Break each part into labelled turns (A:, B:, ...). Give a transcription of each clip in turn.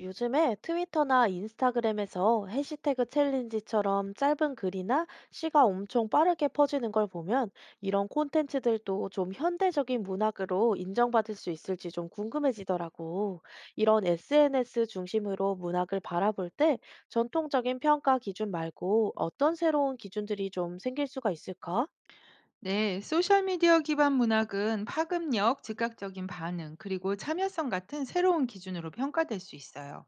A: 요즘에 트위터나 인스타그램에서 해시태그 챌린지처럼 짧은 글이나 시가 엄청 빠르게 퍼지는 걸 보면 이런 콘텐츠들도 좀 현대적인 문학으로 인정받을 수 있을지 좀 궁금해지더라고. 이런 SNS 중심으로 문학을 바라볼 때 전통적인 평가 기준 말고 어떤 새로운 기준들이 좀 생길 수가 있을까?
B: 네, 소셜미디어 기반 문학은 파급력, 즉각적인 반응, 그리고 참여성 같은 새로운 기준으로 평가될 수 있어요.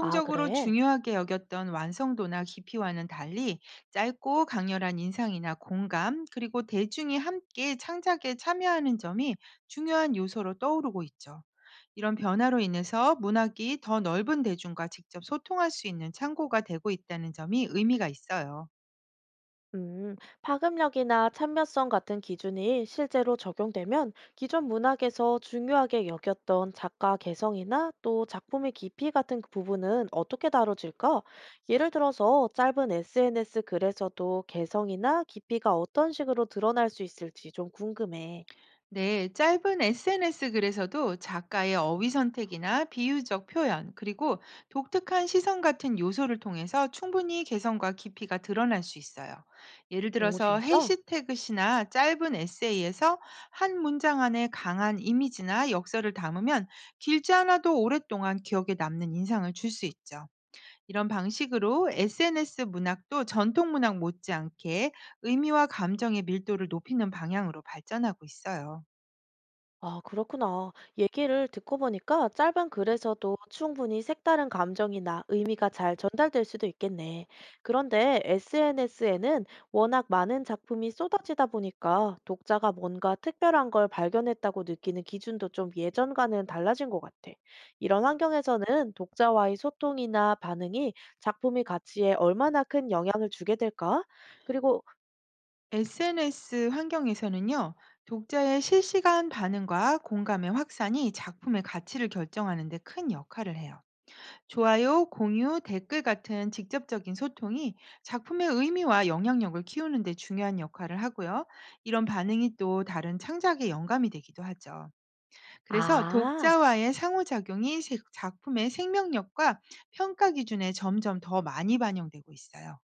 A: 아, 그래.
B: 중요하게 여겼던 완성도나 깊이와는 달리 짧고 강렬한 인상이나 공감, 그리고 대중이 함께 창작에 참여하는 점이 중요한 요소로 떠오르고 있죠. 이런 변화로 인해서 문학이 더 넓은 대중과 직접 소통할 수 있는 창고가 되고 있다는 점이 의미가 있어요.
A: 음, 파급력이나 참여성 같은 기준이 실제로 적용되면 기존 문학에서 중요하게 여겼던 작가 개성이나 또 작품의 깊이 같은 그 부분은 어떻게 다뤄질까? 예를 들어서 짧은 SNS 글에서도 개성이나 깊이가 어떤 식으로 드러날 수 있을지 좀 궁금해.
B: 네, 짧은 SNS 글에서도 작가의 어휘 선택이나 비유적 표현, 그리고 독특한 시선 같은 요소를 통해서 충분히 개성과 깊이가 드러날 수 있어요. 예를
A: 오,
B: 들어서
A: 진짜?
B: 해시태그 시나 짧은 에세이에서 한 문장 안에 강한 이미지나 역사를 담으면 길지 않아도 오랫동안 기억에 남는 인상을 줄 수 있죠. 이런 방식으로 SNS 문학도 전통 문학 못지않게 의미와 감정의 밀도를 높이는 방향으로 발전하고 있어요.
A: 아, 그렇구나. 얘기를 듣고 보니까 짧은 글에서도 충분히 색다른 감정이나 의미가 잘 전달될 수도 있겠네. 그런데 SNS에는 워낙 많은 작품이 쏟아지다 보니까 독자가 뭔가 특별한 걸 발견했다고 느끼는 기준도 좀 예전과는 달라진 것 같아. 이런 환경에서는 독자와의 소통이나 반응이 작품의 가치에 얼마나 큰 영향을 주게 될까? 그리고,
B: SNS 환경에서는요, 독자의 실시간 반응과 공감의 확산이 작품의 가치를 결정하는 데 큰 역할을 해요. 좋아요, 공유, 댓글 같은 직접적인 소통이 작품의 의미와 영향력을 키우는 데 중요한 역할을 하고요. 이런 반응이 또 다른 창작의 영감이 되기도 하죠. 그래서
A: 아,
B: 독자와의 상호작용이 작품의 생명력과 평가 기준에 점점 더 많이 반영되고 있어요.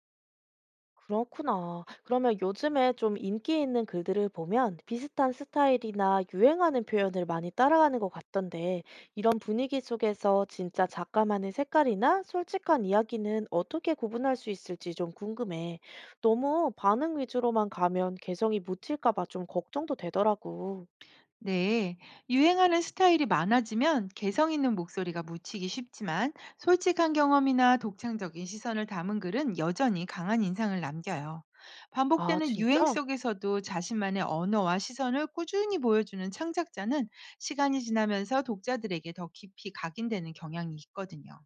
A: 그렇구나. 그러면 요즘에 좀 인기 있는 글들을 보면 비슷한 스타일이나 유행하는 표현을 많이 따라가는 것 같던데, 이런 분위기 속에서 진짜 작가만의 색깔이나 솔직한 이야기는 어떻게 구분할 수 있을지 좀 궁금해. 너무 반응 위주로만 가면 개성이 묻힐까 봐 좀 걱정도 되더라고.
B: 네, 유행하는 스타일이 많아지면 개성 있는 목소리가 묻히기 쉽지만 솔직한 경험이나 독창적인 시선을 담은 글은 여전히 강한 인상을 남겨요.
A: 아,
B: 반복되는 유행
A: 진짜?
B: 속에서도 자신만의 언어와 시선을 꾸준히 보여주는 창작자는 시간이 지나면서 독자들에게 더 깊이 각인되는 경향이 있거든요.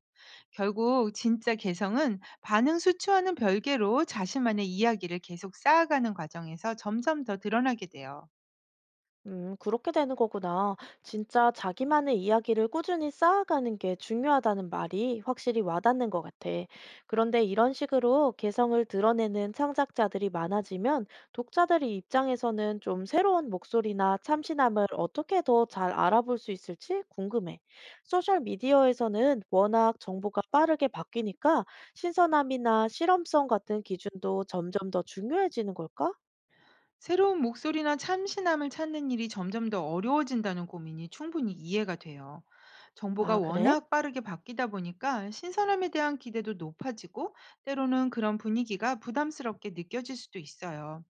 B: 결국 진짜 개성은 반응 수치와는 별개로 자신만의 이야기를 계속 쌓아가는 과정에서 점점 더 드러나게 돼요.
A: 그렇게 되는 거구나. 진짜 자기만의 이야기를 꾸준히 쌓아가는 게 중요하다는 말이 확실히 와닿는 것 같아. 그런데 이런 식으로 개성을 드러내는 창작자들이 많아지면 독자들의 입장에서는 좀 새로운 목소리나 참신함을 어떻게 더 잘 알아볼 수 있을지 궁금해. 소셜 미디어에서는 워낙 정보가 빠르게 바뀌니까 신선함이나 실험성 같은 기준도 점점 더 중요해지는 걸까?
B: 새로운 목소리나 참신함을 찾는 일이 점점 더 어려워진다는 고민이 충분히 이해가 돼요. 정보가
A: 아, 그래?
B: 워낙 빠르게 바뀌다 보니까 신선함에 대한 기대도 높아지고 때로는 그런 분위기가 부담스럽게 느껴질 수도 있어요.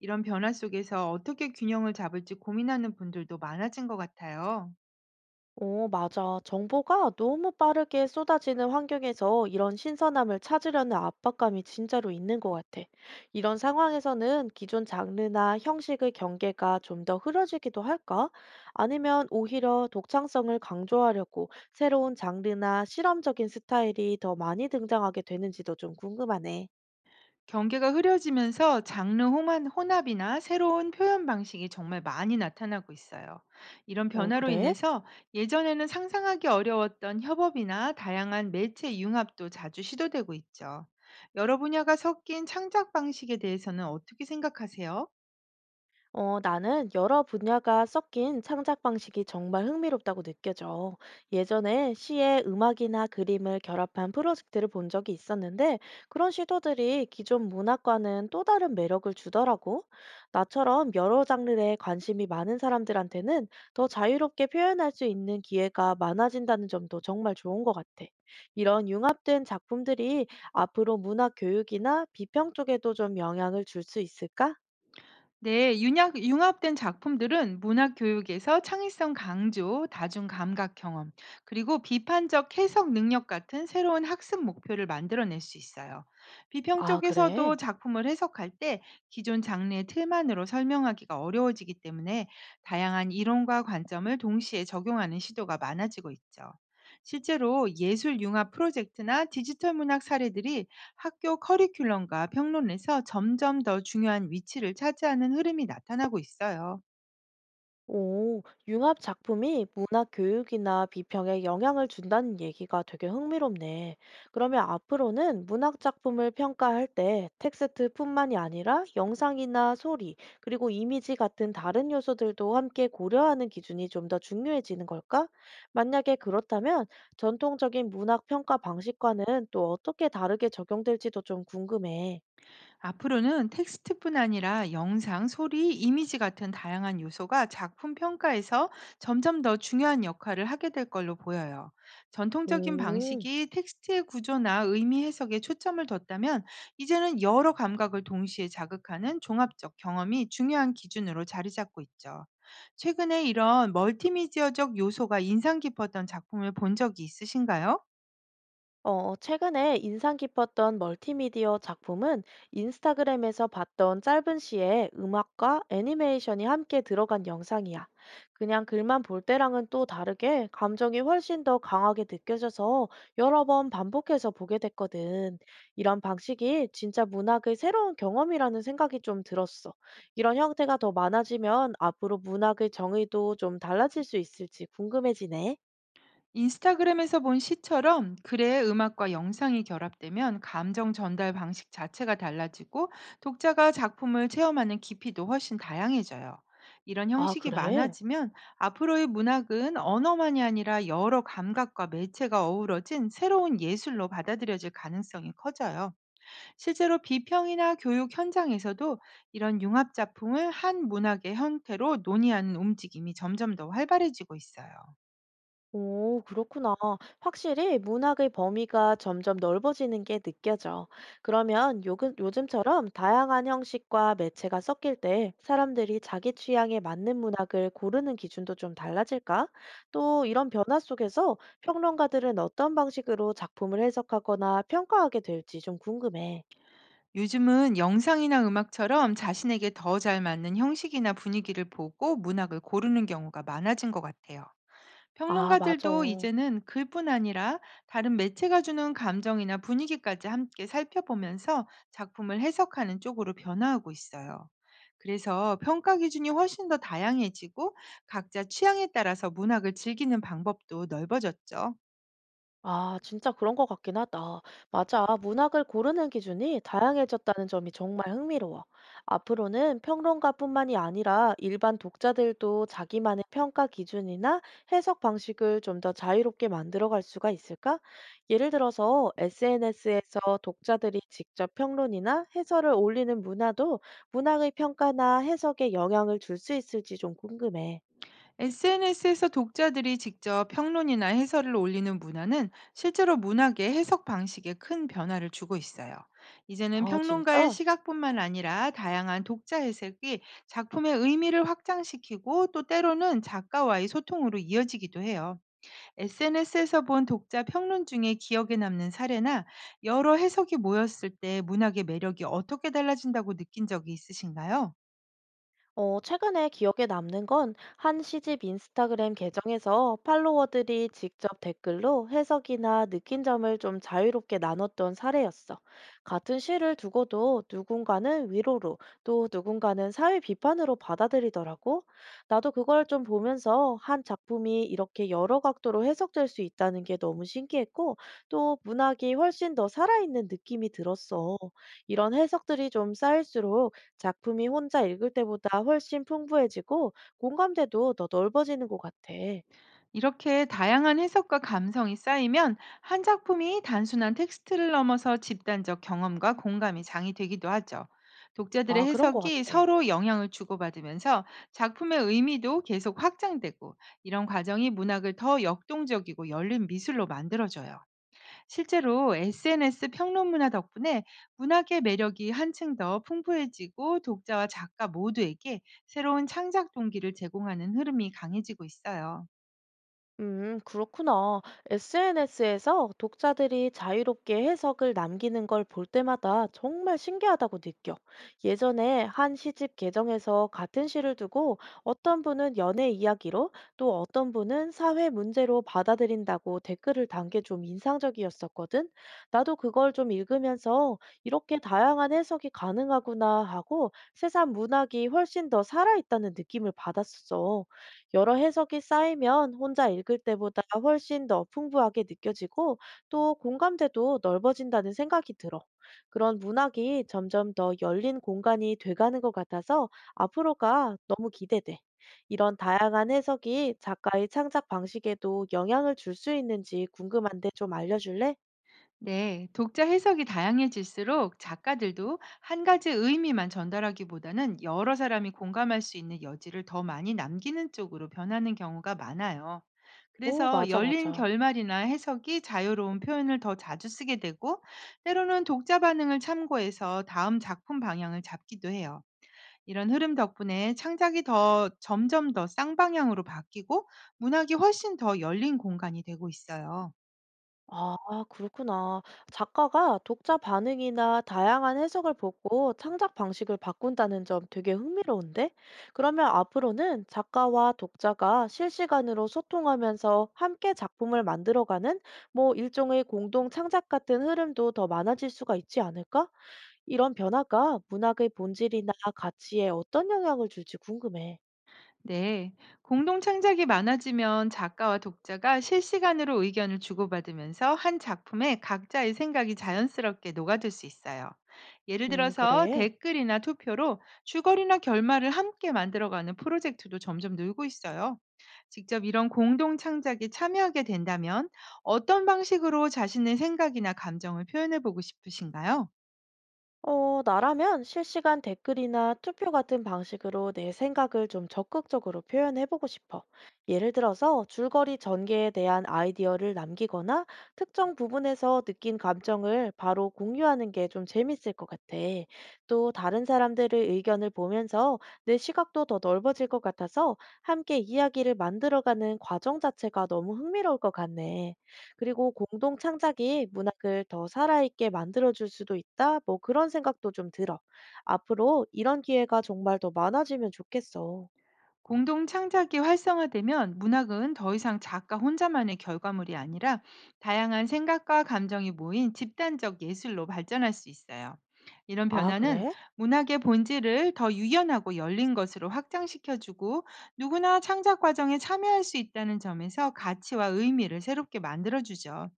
B: 이런 변화 속에서 어떻게 균형을 잡을지 고민하는 분들도 많아진 것 같아요.
A: 오, 맞아. 정보가 너무 빠르게 쏟아지는 환경에서 이런 신선함을 찾으려는 압박감이 진짜로 있는 것 같아. 이런 상황에서는 기존 장르나 형식의 경계가 좀 더 흐려지기도 할까? 아니면 오히려 독창성을 강조하려고 새로운 장르나 실험적인 스타일이 더 많이 등장하게 되는지도 좀 궁금하네.
B: 경계가 흐려지면서 장르 혼합이나 새로운 표현 방식이 정말 많이 나타나고 있어요. 이런
A: 오,
B: 변화로
A: 그래?
B: 인해서 예전에는 상상하기 어려웠던 협업이나 다양한 매체 융합도 자주 시도되고 있죠. 여러 분야가 섞인 창작 방식에 대해서는 어떻게 생각하세요?
A: 어, 나는 여러 분야가 섞인 창작 방식이 정말 흥미롭다고 느껴져. 예전에 시에 음악이나 그림을 결합한 프로젝트를 본 적이 있었는데, 그런 시도들이 기존 문학과는 또 다른 매력을 주더라고. 나처럼 여러 장르에 관심이 많은 사람들한테는 더 자유롭게 표현할 수 있는 기회가 많아진다는 점도 정말 좋은 것 같아. 이런 융합된 작품들이 앞으로 문학 교육이나 비평 쪽에도 좀 영향을 줄 수 있을까?
B: 네, 융합된 작품들은 문학 교육에서 창의성 강조, 다중 감각 경험, 그리고 비판적 해석 능력 같은 새로운 학습 목표를 만들어낼 수 있어요. 비평
A: 아,
B: 쪽에서도
A: 그래.
B: 작품을 해석할 때 기존 장르의 틀만으로 설명하기가 어려워지기 때문에 다양한 이론과 관점을 동시에 적용하는 시도가 많아지고 있죠. 실제로 예술 융합 프로젝트나 디지털 문학 사례들이 학교 커리큘럼과 평론에서 점점 더 중요한 위치를 차지하는 흐름이 나타나고 있어요.
A: 오, 융합 작품이 문학 교육이나 비평에 영향을 준다는 얘기가 되게 흥미롭네. 그러면 앞으로는 문학 작품을 평가할 때 텍스트뿐만이 아니라 영상이나 소리, 그리고 이미지 같은 다른 요소들도 함께 고려하는 기준이 좀 더 중요해지는 걸까? 만약에 그렇다면 전통적인 문학 평가 방식과는 또 어떻게 다르게 적용될지도 좀 궁금해.
B: 앞으로는 텍스트뿐 아니라 영상, 소리, 이미지 같은 다양한 요소가 작품 평가에서 점점 더 중요한 역할을 하게 될 걸로 보여요. 전통적인
A: 오.
B: 방식이 텍스트의 구조나 의미 해석에 초점을 뒀다면 이제는 여러 감각을 동시에 자극하는 종합적 경험이 중요한 기준으로 자리 잡고 있죠. 최근에 이런 멀티미디어적 요소가 인상 깊었던 작품을 본 적이 있으신가요?
A: 어, 최근에 인상 깊었던 멀티미디어 작품은 인스타그램에서 봤던 짧은 시에 음악과 애니메이션이 함께 들어간 영상이야. 그냥 글만 볼 때랑은 또 다르게 감정이 훨씬 더 강하게 느껴져서 여러 번 반복해서 보게 됐거든. 이런 방식이 진짜 문학의 새로운 경험이라는 생각이 좀 들었어. 이런 형태가 더 많아지면 앞으로 문학의 정의도 좀 달라질 수 있을지 궁금해지네.
B: 인스타그램에서 본 시처럼 글에 음악과 영상이 결합되면 감정 전달 방식 자체가 달라지고 독자가 작품을 체험하는 깊이도 훨씬 다양해져요. 이런
A: 아,
B: 형식이
A: 그래?
B: 많아지면 앞으로의 문학은 언어만이 아니라 여러 감각과 매체가 어우러진 새로운 예술로 받아들여질 가능성이 커져요. 실제로 비평이나 교육 현장에서도 이런 융합 작품을 한 문학의 형태로 논의하는 움직임이 점점 더 활발해지고 있어요.
A: 오, 그렇구나. 확실히 문학의 범위가 점점 넓어지는 게 느껴져. 그러면 요즘처럼 다양한 형식과 매체가 섞일 때 사람들이 자기 취향에 맞는 문학을 고르는 기준도 좀 달라질까? 또 이런 변화 속에서 평론가들은 어떤 방식으로 작품을 해석하거나 평가하게 될지 좀 궁금해.
B: 요즘은 영상이나 음악처럼 자신에게 더 잘 맞는 형식이나 분위기를 보고 문학을 고르는 경우가 많아진 것 같아요.
A: 아, 맞아.
B: 평론가들도 이제는 글뿐 아니라 다른 매체가 주는 감정이나 분위기까지 함께 살펴보면서 작품을 해석하는 쪽으로 변화하고 있어요. 그래서 평가 기준이 훨씬 더 다양해지고 각자 취향에 따라서 문학을 즐기는 방법도 넓어졌죠.
A: 아, 진짜 그런 것 같긴 하다. 맞아. 문학을 고르는 기준이 다양해졌다는 점이 정말 흥미로워. 앞으로는 평론가뿐만이 아니라 일반 독자들도 자기만의 평가 기준이나 해석 방식을 좀 더 자유롭게 만들어갈 수가 있을까? 예를 들어서 SNS에서 독자들이 직접 평론이나 해설을 올리는 문화도 문학의 평가나 해석에 영향을 줄 수 있을지 좀 궁금해.
B: SNS에서 독자들이 직접 평론이나 해설을 올리는 문화는 실제로 문학의 해석 방식에 큰 변화를 주고 있어요. 이제는
A: 아,
B: 평론가의
A: 진짜?
B: 시각뿐만 아니라 다양한 독자 해석이 작품의 의미를 확장시키고 또 때로는 작가와의 소통으로 이어지기도 해요. SNS에서 본 독자 평론 중에 기억에 남는 사례나 여러 해석이 모였을 때 문학의 매력이 어떻게 달라진다고 느낀 적이 있으신가요?
A: 어, 최근에 기억에 남는 건 한 시집 인스타그램 계정에서 팔로워들이 직접 댓글로 해석이나 느낀 점을 좀 자유롭게 나눴던 사례였어. 같은 시를 두고도 누군가는 위로로, 또 누군가는 사회 비판으로 받아들이더라고. 나도 그걸 좀 보면서 한 작품이 이렇게 여러 각도로 해석될 수 있다는 게 너무 신기했고, 또 문학이 훨씬 더 살아있는 느낌이 들었어. 이런 해석들이 좀 쌓일수록 작품이 혼자 읽을 때보다 훨씬 풍부해지고 공감대도 더 넓어지는 것 같아.
B: 이렇게 다양한 해석과 감성이 쌓이면 한 작품이 단순한 텍스트를 넘어서 집단적 경험과 공감이 장이 되기도 하죠. 독자들의
A: 아, 그런 것
B: 해석이
A: 같아.
B: 서로 영향을 주고받으면서 작품의 의미도 계속 확장되고, 이런 과정이 문학을 더 역동적이고 열린 미술로 만들어줘요. 실제로 SNS 평론 문화 덕분에 문학의 매력이 한층 더 풍부해지고 독자와 작가 모두에게 새로운 창작 동기를 제공하는 흐름이 강해지고 있어요.
A: 그렇구나. SNS에서 독자들이 자유롭게 해석을 남기는 걸 볼 때마다 정말 신기하다고 느껴. 예전에 한 시집 개정에서 같은 시를 두고 어떤 분은 연애 이야기로 또 어떤 분은 사회 문제로 받아들인다고 댓글을 단 게 좀 인상적이었었거든. 나도 그걸 좀 읽으면서 이렇게 다양한 해석이 가능하구나 하고 세상 문학이 훨씬 더 살아있다는 느낌을 받았었어. 여러 해석이 쌓이면 혼자 읽을 때보다 훨씬 더 풍부하게 느껴지고 또 공감대도 넓어진다는 생각이 들어. 그런 문학이 점점 더 열린 공간이 돼가는 것 같아서 앞으로가 너무 기대돼. 이런 다양한 해석이 작가의 창작 방식에도 영향을 줄 수 있는지 궁금한데 좀 알려줄래?
B: 네, 독자 해석이 다양해질수록 작가들도 한 가지 의미만 전달하기보다는 여러 사람이 공감할 수 있는 여지를 더 많이 남기는 쪽으로 변하는 경우가 많아요.
A: 오,
B: 그래서
A: 맞아,
B: 열린
A: 맞아.
B: 결말이나 해석이 자유로운 표현을 더 자주 쓰게 되고, 때로는 독자 반응을 참고해서 다음 작품 방향을 잡기도 해요. 이런 흐름 덕분에 창작이 더 점점 더 쌍방향으로 바뀌고, 문학이 훨씬 더 열린 공간이 되고 있어요.
A: 아, 그렇구나. 작가가 독자 반응이나 다양한 해석을 보고 창작 방식을 바꾼다는 점 되게 흥미로운데? 그러면 앞으로는 작가와 독자가 실시간으로 소통하면서 함께 작품을 만들어가는 뭐 일종의 공동 창작 같은 흐름도 더 많아질 수가 있지 않을까? 이런 변화가 문학의 본질이나 가치에 어떤 영향을 줄지 궁금해.
B: 네, 공동 창작이 많아지면 작가와 독자가 실시간으로 의견을 주고받으면서 한 작품에 각자의 생각이 자연스럽게 녹아들 수 있어요. 예를 들어서
A: 그래.
B: 댓글이나 투표로 주거리나 결말을 함께 만들어가는 프로젝트도 점점 늘고 있어요. 직접 이런 공동 창작에 참여하게 된다면 어떤 방식으로 자신의 생각이나 감정을 표현해 보고 싶으신가요?
A: 어, 나라면 실시간 댓글이나 투표 같은 방식으로 내 생각을 좀 적극적으로 표현해보고 싶어. 예를 들어서 줄거리 전개에 대한 아이디어를 남기거나 특정 부분에서 느낀 감정을 바로 공유하는 게 좀 재밌을 것 같아. 또 다른 사람들의 의견을 보면서 내 시각도 더 넓어질 것 같아서 함께 이야기를 만들어가는 과정 자체가 너무 흥미로울 것 같네. 그리고 공동 창작이 문학을 더 살아있게 만들어줄 수도 있다? 뭐 그런 생각도 좀 들어. 앞으로 이런 기회가 정말 더 많아지면 좋겠어.
B: 공동 창작이 활성화되면 문학은 더 이상 작가 혼자만의 결과물이 아니라 다양한 생각과 감정이 모인 집단적 예술로 발전할 수 있어요. 이런
A: 아,
B: 변화는
A: 그래?
B: 문학의 본질을 더 유연하고 열린 것으로 확장시켜주고 누구나 창작 과정에 참여할 수 있다는 점에서 가치와 의미를 새롭게 만들어주죠.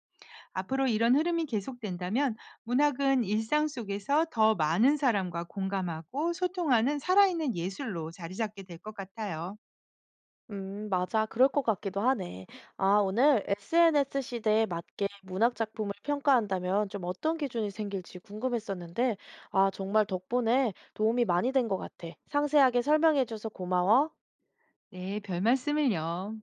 B: 앞으로 이런 흐름이 계속된다면 문학은 일상 속에서 더 많은 사람과 공감하고 소통하는 살아있는 예술로 자리 잡게 될 것 같아요.
A: 맞아. 그럴 것 같기도 하네. 아, 오늘 SNS 시대에 맞게 문학 작품을 평가한다면 좀 어떤 기준이 생길지 궁금했었는데, 아, 정말 덕분에 도움이 많이 된 것 같아. 상세하게 설명해줘서 고마워.
B: 네, 별 말씀을요.